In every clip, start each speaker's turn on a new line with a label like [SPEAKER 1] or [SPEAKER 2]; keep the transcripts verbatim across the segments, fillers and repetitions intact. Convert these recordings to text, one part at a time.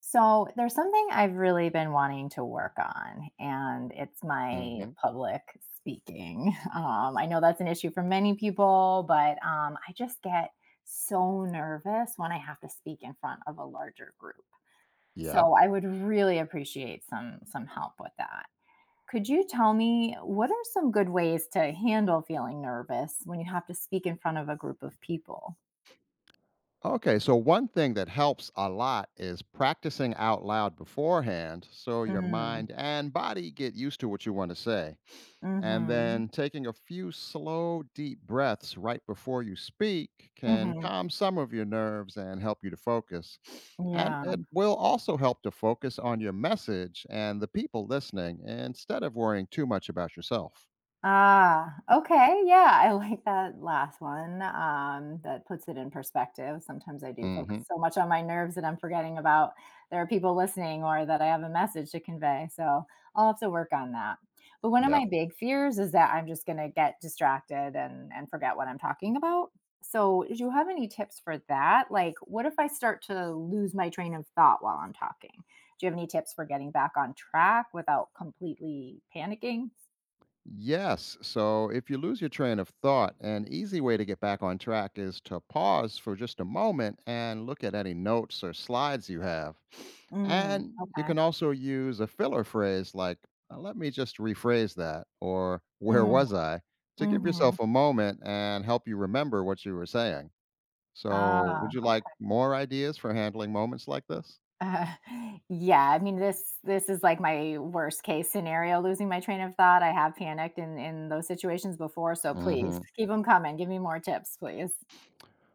[SPEAKER 1] So there's something I've really been wanting to work on, and it's my
[SPEAKER 2] hmm
[SPEAKER 1] public speaking. Um, I know that's an issue for many people, but um, I just get so nervous when I have to speak in front of a larger group.
[SPEAKER 2] Yeah.
[SPEAKER 1] So I would really appreciate some some help with that. Could you tell me, what are some good ways to handle feeling nervous when you have to speak in front of a group of people?
[SPEAKER 2] Okay. So, one thing that helps a lot is practicing out loud beforehand so your
[SPEAKER 1] Mm-hmm.
[SPEAKER 2] mind and body get used to what you want to say. And
[SPEAKER 1] Mm-hmm.
[SPEAKER 2] then taking a few slow, deep breaths right before you speak can
[SPEAKER 1] Mm-hmm.
[SPEAKER 2] calm some of your nerves and help you to focus. And
[SPEAKER 1] Yeah.
[SPEAKER 2] it will also help to focus on your message and the people listening instead of worrying too much about yourself.
[SPEAKER 1] Ah, okay, yeah, I like that last one, um, that puts it in perspective. Sometimes I do focus
[SPEAKER 2] hmm
[SPEAKER 1] so much on my nerves that I'm forgetting about there are people listening, or that I have a message to convey, so I'll have to work on that. But one of
[SPEAKER 2] Yeah.
[SPEAKER 1] my big fears is that I'm just gonna get distracted and and forget what I'm talking about. So, do you have any tips for that? Like, what if I start to lose my train of thought while I'm talking? Do you have any tips for getting back on track without completely panicking?
[SPEAKER 2] Yes. So if you lose your train of thought, an easy way to get back on track is to pause for just a moment and look at any notes or slides you have.
[SPEAKER 1] Mm,
[SPEAKER 2] And you
[SPEAKER 1] okay.
[SPEAKER 2] can also use a filler phrase like, "Uh, let me just rephrase that, or where
[SPEAKER 1] Mm,
[SPEAKER 2] was I, to give
[SPEAKER 1] mhm.
[SPEAKER 2] yourself a moment and help you remember what you were saying. So,
[SPEAKER 1] Ah,
[SPEAKER 2] would you like
[SPEAKER 1] okay.
[SPEAKER 2] more ideas for handling moments like this?
[SPEAKER 1] Uh, yeah, I mean, this this is like my worst case scenario, losing my train of thought. I have panicked in in those situations before, so please
[SPEAKER 2] Hmm.
[SPEAKER 1] keep them coming. Give me more tips, please.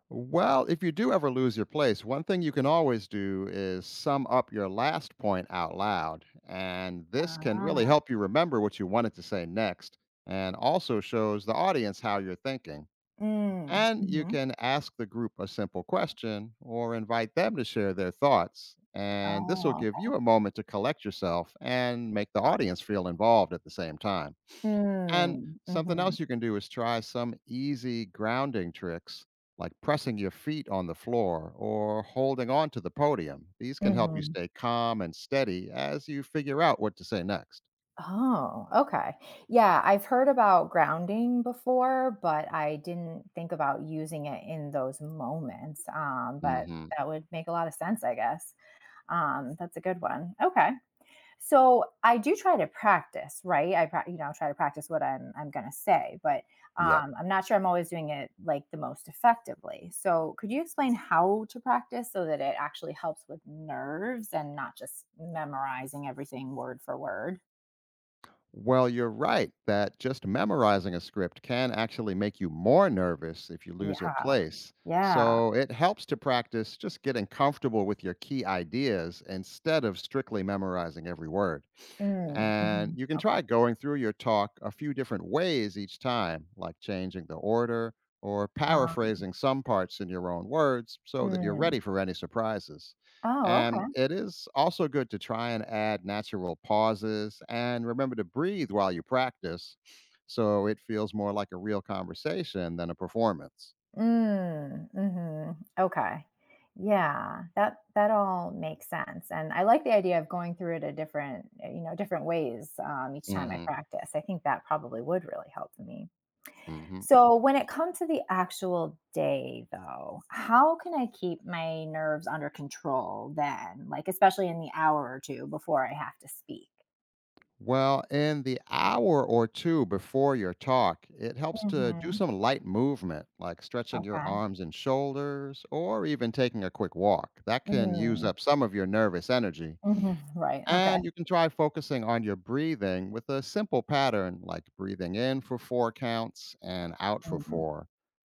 [SPEAKER 2] Well, if you do ever lose your place, one thing you can always do is sum up your last point out loud. And this can really
[SPEAKER 1] Ah,
[SPEAKER 2] help you remember what you wanted to say next and also shows the audience how you're thinking.
[SPEAKER 1] mm,
[SPEAKER 2] And you
[SPEAKER 1] mhm.
[SPEAKER 2] can ask the group a simple question or invite them to share their thoughts. And this will
[SPEAKER 1] Oh,
[SPEAKER 2] give you a moment to collect yourself and make the audience feel involved at the same time.
[SPEAKER 1] okay.
[SPEAKER 2] And
[SPEAKER 1] Mm,
[SPEAKER 2] something
[SPEAKER 1] mhm,
[SPEAKER 2] else you can do is try some easy grounding tricks like pressing your feet on the floor or holding on to the podium. These can help you
[SPEAKER 1] mhm.
[SPEAKER 2] stay calm and steady as you figure out what to say next.
[SPEAKER 1] Oh, okay. Yeah, I've heard about grounding before, but I didn't think about using it in those moments. Um, but
[SPEAKER 2] hmm
[SPEAKER 1] that would make a lot of sense, I guess. Um, that's a good one. Okay. So I do try to practice, right? I, pra- you know, Try to practice what I'm, I'm going to say, but
[SPEAKER 2] Yep.
[SPEAKER 1] um, I'm not sure I'm always doing it like the most effectively. So could you explain how to practice so that it actually helps with nerves and not just memorizing everything word for word?
[SPEAKER 2] Well, you're right that just memorizing a script can actually make you more nervous if you lose your
[SPEAKER 1] Yeah.
[SPEAKER 2] place.
[SPEAKER 1] Yeah.
[SPEAKER 2] So it helps to practice just getting comfortable with your key ideas instead of strictly memorizing every word.
[SPEAKER 1] Mm,
[SPEAKER 2] And
[SPEAKER 1] mhm.
[SPEAKER 2] you can
[SPEAKER 1] Okay.
[SPEAKER 2] try going through your talk a few different ways each time, like changing the order or
[SPEAKER 1] Um
[SPEAKER 2] paraphrasing some parts in your own words so that you're
[SPEAKER 1] Mm.
[SPEAKER 2] ready for any surprises.
[SPEAKER 1] Oh, okay.
[SPEAKER 2] And it is also good to try and add natural pauses and remember to breathe while you practice so it feels more like a real conversation than a performance.
[SPEAKER 1] Mm, mhm. Okay. Yeah, that that all makes sense, and I like the idea of going through it a different uh, you know, different ways, um, each time I
[SPEAKER 2] hmm
[SPEAKER 1] practice. I think that probably would really help me.
[SPEAKER 2] hmm
[SPEAKER 1] So when it comes to the actual day though, how can I keep my nerves under control then? Like, especially in the hour or two before I have to speak?
[SPEAKER 2] Well, in the hour or two before your talk, it helps to do
[SPEAKER 1] Mhm.
[SPEAKER 2] some light movement like stretching your
[SPEAKER 1] Okay.
[SPEAKER 2] arms and shoulders or even taking a quick walk. That can use
[SPEAKER 1] Mm.
[SPEAKER 2] up some of your nervous energy.
[SPEAKER 1] Mhm, right, okay.
[SPEAKER 2] And you can try focusing on your breathing with a simple pattern like breathing in for four counts and out for
[SPEAKER 1] Mhm.
[SPEAKER 2] four.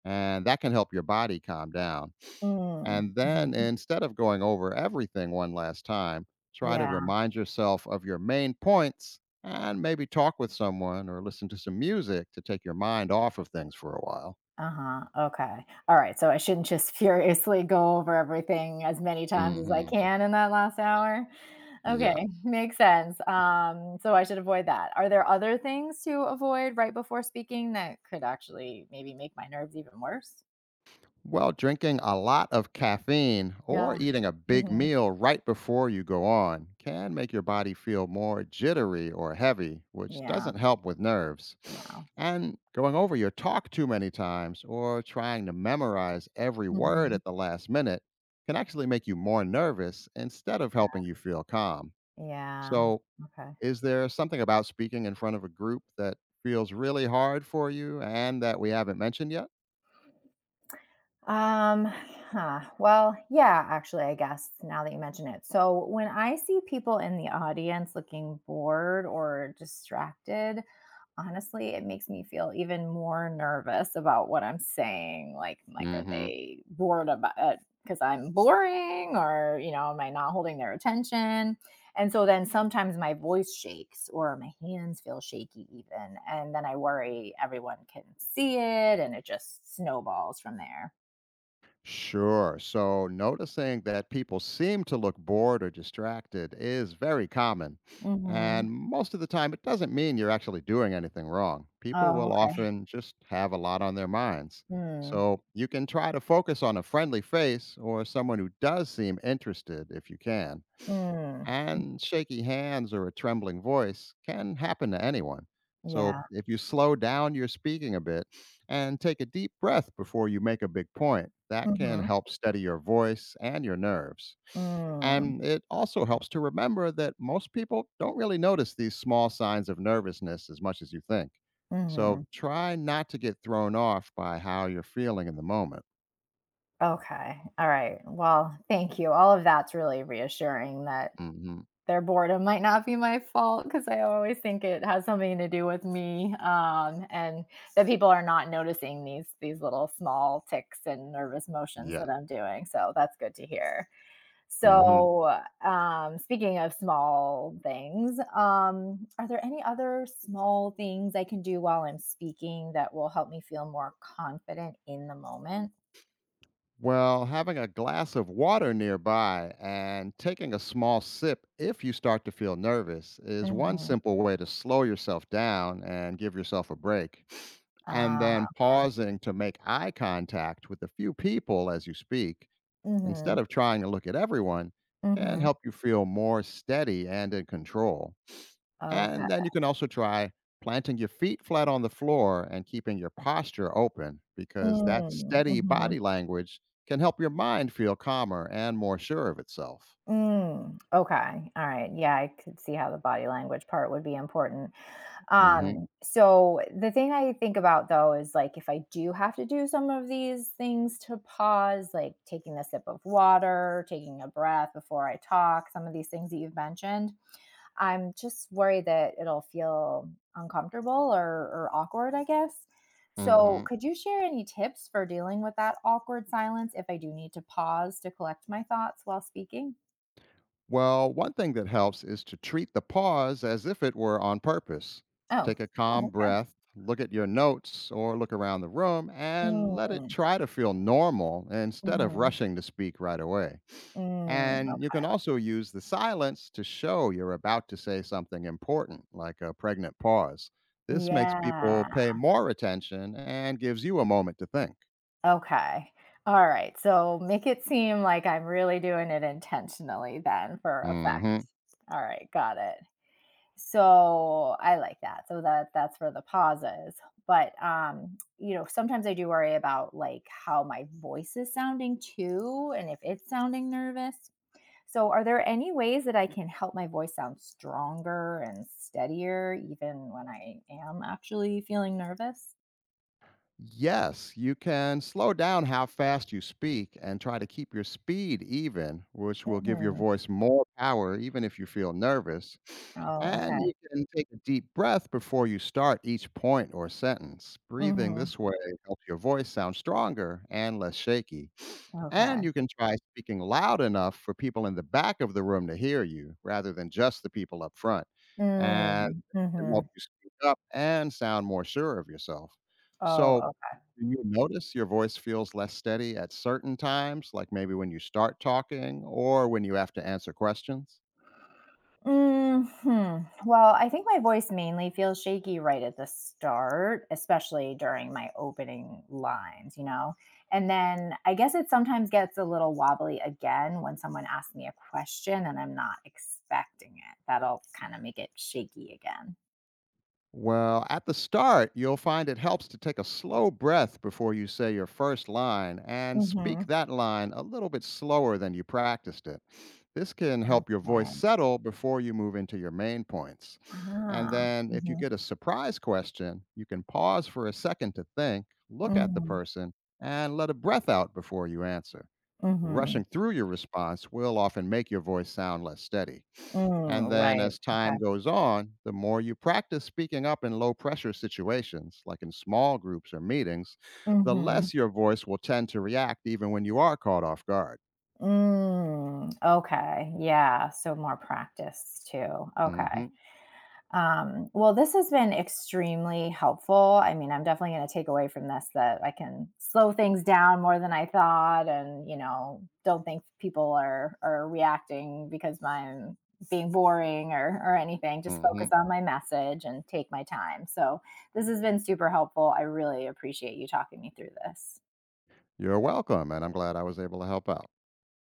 [SPEAKER 2] And that can help your body calm down.
[SPEAKER 1] Mm,
[SPEAKER 2] And then
[SPEAKER 1] mhm.
[SPEAKER 2] instead of going over everything one last time, try to
[SPEAKER 1] Yeah,
[SPEAKER 2] remind yourself of your main points and maybe talk with someone or listen to some music to take your mind off of things for a while.
[SPEAKER 1] uh-huh, okay. Alright, so I shouldn't just furiously go over everything as many times as I
[SPEAKER 2] hmm
[SPEAKER 1] can in that last hour? Okay,
[SPEAKER 2] Yeah.
[SPEAKER 1] makes sense, um, so I should avoid that. Are there other things to avoid right before speaking that could actually maybe make my nerves even worse?
[SPEAKER 2] Well, drinking a lot of caffeine or
[SPEAKER 1] Yeah,
[SPEAKER 2] eating a big
[SPEAKER 1] mhm.
[SPEAKER 2] meal right before you go on can make your body feel more jittery or heavy, which
[SPEAKER 1] Yeah,
[SPEAKER 2] doesn't help with nerves.
[SPEAKER 1] no.
[SPEAKER 2] And going over your talk too many times or trying to memorize every word
[SPEAKER 1] Mhm.
[SPEAKER 2] at the last minute can actually make you more nervous instead of helping you feel calm.
[SPEAKER 1] Yeah,
[SPEAKER 2] So,
[SPEAKER 1] okay.
[SPEAKER 2] is there something about speaking in front of a group that feels really hard for you and that we haven't mentioned yet?
[SPEAKER 1] Um, huh. Well, yeah, actually, I guess now that you mention it. So, when I see people in the audience looking bored or distracted, honestly, it makes me feel even more nervous about what I'm saying. Like, I'm like, are
[SPEAKER 2] hmm
[SPEAKER 1] they bored about it because I'm boring, or, you know, am I not holding their attention? And so then sometimes my voice shakes or my hands feel shaky, even. And then I worry everyone can see it and it just snowballs from there.
[SPEAKER 2] Sure. So noticing that people seem to look bored or distracted is very common.
[SPEAKER 1] Mhm.
[SPEAKER 2] And most of the time, it doesn't mean you're actually doing anything wrong. People
[SPEAKER 1] Oh,
[SPEAKER 2] will
[SPEAKER 1] okay.
[SPEAKER 2] often just have a lot on their minds.
[SPEAKER 1] Mm,
[SPEAKER 2] So you can try to focus on a friendly face or someone who does seem interested if you can,
[SPEAKER 1] mm,
[SPEAKER 2] and shaky hands or a trembling voice can happen to anyone. So
[SPEAKER 1] yeah.
[SPEAKER 2] if you slow down your speaking a bit and take a deep breath before you make a big point, that can
[SPEAKER 1] Mhm.
[SPEAKER 2] help steady your voice and your nerves.
[SPEAKER 1] Mm,
[SPEAKER 2] And it also helps to remember that most people don't really notice these small signs of nervousness as much as you think. So
[SPEAKER 1] mhm.
[SPEAKER 2] try not to get thrown off by how you're feeling in the moment.
[SPEAKER 1] Okay. All right. Well, thank you. All of that's really reassuring that
[SPEAKER 2] hmm
[SPEAKER 1] their boredom might not be my fault, because I always think it has something to do with me, um, and that people are not noticing these these little small ticks and nervous motions
[SPEAKER 2] Yeah.
[SPEAKER 1] that I'm doing. So that's good to hear.
[SPEAKER 2] hmm
[SPEAKER 1] So, um, speaking of small things, um, are there any other small things I can do while I'm speaking that will help me feel more confident in the moment?
[SPEAKER 2] Well, having a glass of water nearby and taking a small sip if you start to feel nervous is one
[SPEAKER 1] Mhm.
[SPEAKER 2] simple way to slow yourself down and give yourself a break. And
[SPEAKER 1] Ah,
[SPEAKER 2] then
[SPEAKER 1] okay.
[SPEAKER 2] pausing to make eye contact with a few people as you speak, instead
[SPEAKER 1] Mhm,
[SPEAKER 2] of trying to look at everyone, can
[SPEAKER 1] mhm.
[SPEAKER 2] help you feel more steady and in control.
[SPEAKER 1] Okay.
[SPEAKER 2] And then you can also try planting your feet flat on the floor and keeping your posture open because that
[SPEAKER 1] Mm,
[SPEAKER 2] steady
[SPEAKER 1] mhm,
[SPEAKER 2] body language can help your mind feel calmer and more sure of itself.
[SPEAKER 1] mm, okay, alright, yeah, I could see how the body language part would be important.
[SPEAKER 2] hmm
[SPEAKER 1] Um, so the thing I think about though is like, if I do have to do some of these things to pause, like taking a sip of water, taking a breath before I talk, some of these things that you've mentioned, I'm just worried that it'll feel uncomfortable or, or awkward, I guess. So
[SPEAKER 2] hmm
[SPEAKER 1] could you share any tips for dealing with that awkward silence if I do need to pause to collect my thoughts while speaking?
[SPEAKER 2] Well, one thing that helps is to treat the pause as if it were on purpose.
[SPEAKER 1] Oh,
[SPEAKER 2] Take a
[SPEAKER 1] oh
[SPEAKER 2] calm
[SPEAKER 1] okay.
[SPEAKER 2] breath, look at your notes or look around the room, and let it
[SPEAKER 1] Mm,
[SPEAKER 2] try to feel normal instead of
[SPEAKER 1] mhm,
[SPEAKER 2] rushing to speak right away.
[SPEAKER 1] mm,
[SPEAKER 2] And you can
[SPEAKER 1] okay.
[SPEAKER 2] also use the silence to show you're about to say something important, like a pregnant pause. This makes people
[SPEAKER 1] Yeah.
[SPEAKER 2] pay more attention and gives you a moment to think.
[SPEAKER 1] Okay. All right. So make it seem like I'm really doing it intentionally then for effect.
[SPEAKER 2] hmm
[SPEAKER 1] All right, got it. So I like that. So that that's for the pauses. But um, you know, sometimes I do worry about like how my voice is sounding too and if it's sounding nervous. So are there any ways that I can help my voice sound stronger and steadier even when I am actually feeling nervous?
[SPEAKER 2] Yes, you can slow down how fast you speak and try to keep your speed even, which will give your
[SPEAKER 1] Mhm.
[SPEAKER 2] voice more power, even if you feel nervous.
[SPEAKER 1] Oh,
[SPEAKER 2] And you
[SPEAKER 1] okay.
[SPEAKER 2] can take a deep breath before you start each point or sentence. Breathing
[SPEAKER 1] Hmm.
[SPEAKER 2] this way helps your voice sound stronger and less shaky. And
[SPEAKER 1] Okay.
[SPEAKER 2] you can try speaking loud enough for people in the back of the room to hear you rather than just the people up front, and
[SPEAKER 1] Mm,
[SPEAKER 2] can help
[SPEAKER 1] mhm.
[SPEAKER 2] you speak up and sound more sure of yourself.
[SPEAKER 1] Oh,
[SPEAKER 2] So,
[SPEAKER 1] okay.
[SPEAKER 2] do you notice your voice feels less steady at certain times, like maybe when you start talking or when you have to answer questions?
[SPEAKER 1] Mhm. Well, I think my voice mainly feels shaky right at the start, especially during my opening lines, you know? And then I guess it sometimes gets a little wobbly again when someone asks me a question and I'm not expecting it. That'll kind of make it shaky again.
[SPEAKER 2] Well, at the start, you'll find it helps to take a slow breath before you say your first line and speak
[SPEAKER 1] Mhm.
[SPEAKER 2] that line a little bit slower than you practiced it. This can help your voice
[SPEAKER 1] Okay.
[SPEAKER 2] settle before you move into your main points. And
[SPEAKER 1] Ah.
[SPEAKER 2] then, if you
[SPEAKER 1] Mhm.
[SPEAKER 2] get a surprise question, you can pause for a second to think, look at the
[SPEAKER 1] Mhm.
[SPEAKER 2] person, and let a breath out before you answer.
[SPEAKER 1] Mhm.
[SPEAKER 2] Rushing through your response will often make your voice sound less steady. And
[SPEAKER 1] Mm,
[SPEAKER 2] then
[SPEAKER 1] right.
[SPEAKER 2] as
[SPEAKER 1] Okay.
[SPEAKER 2] time goes on, the more you practice speaking up in low pressure situations, like in small groups or meetings, the
[SPEAKER 1] Mhm.
[SPEAKER 2] less your voice will tend to react even when you are caught off guard.
[SPEAKER 1] Mm, okay. Yeah. So more practice too. Okay.
[SPEAKER 2] hmm
[SPEAKER 1] Um, well, this has been extremely helpful. I mean, I'm definitely going to take away from this that I can slow things down more than I thought, and you know, don't think people are are reacting because I'm being boring or or anything. Just
[SPEAKER 2] hmm
[SPEAKER 1] focus on my message and take my time. So this has been super helpful. I really appreciate you talking me through this.
[SPEAKER 2] You're welcome. And I'm glad I was able to help out.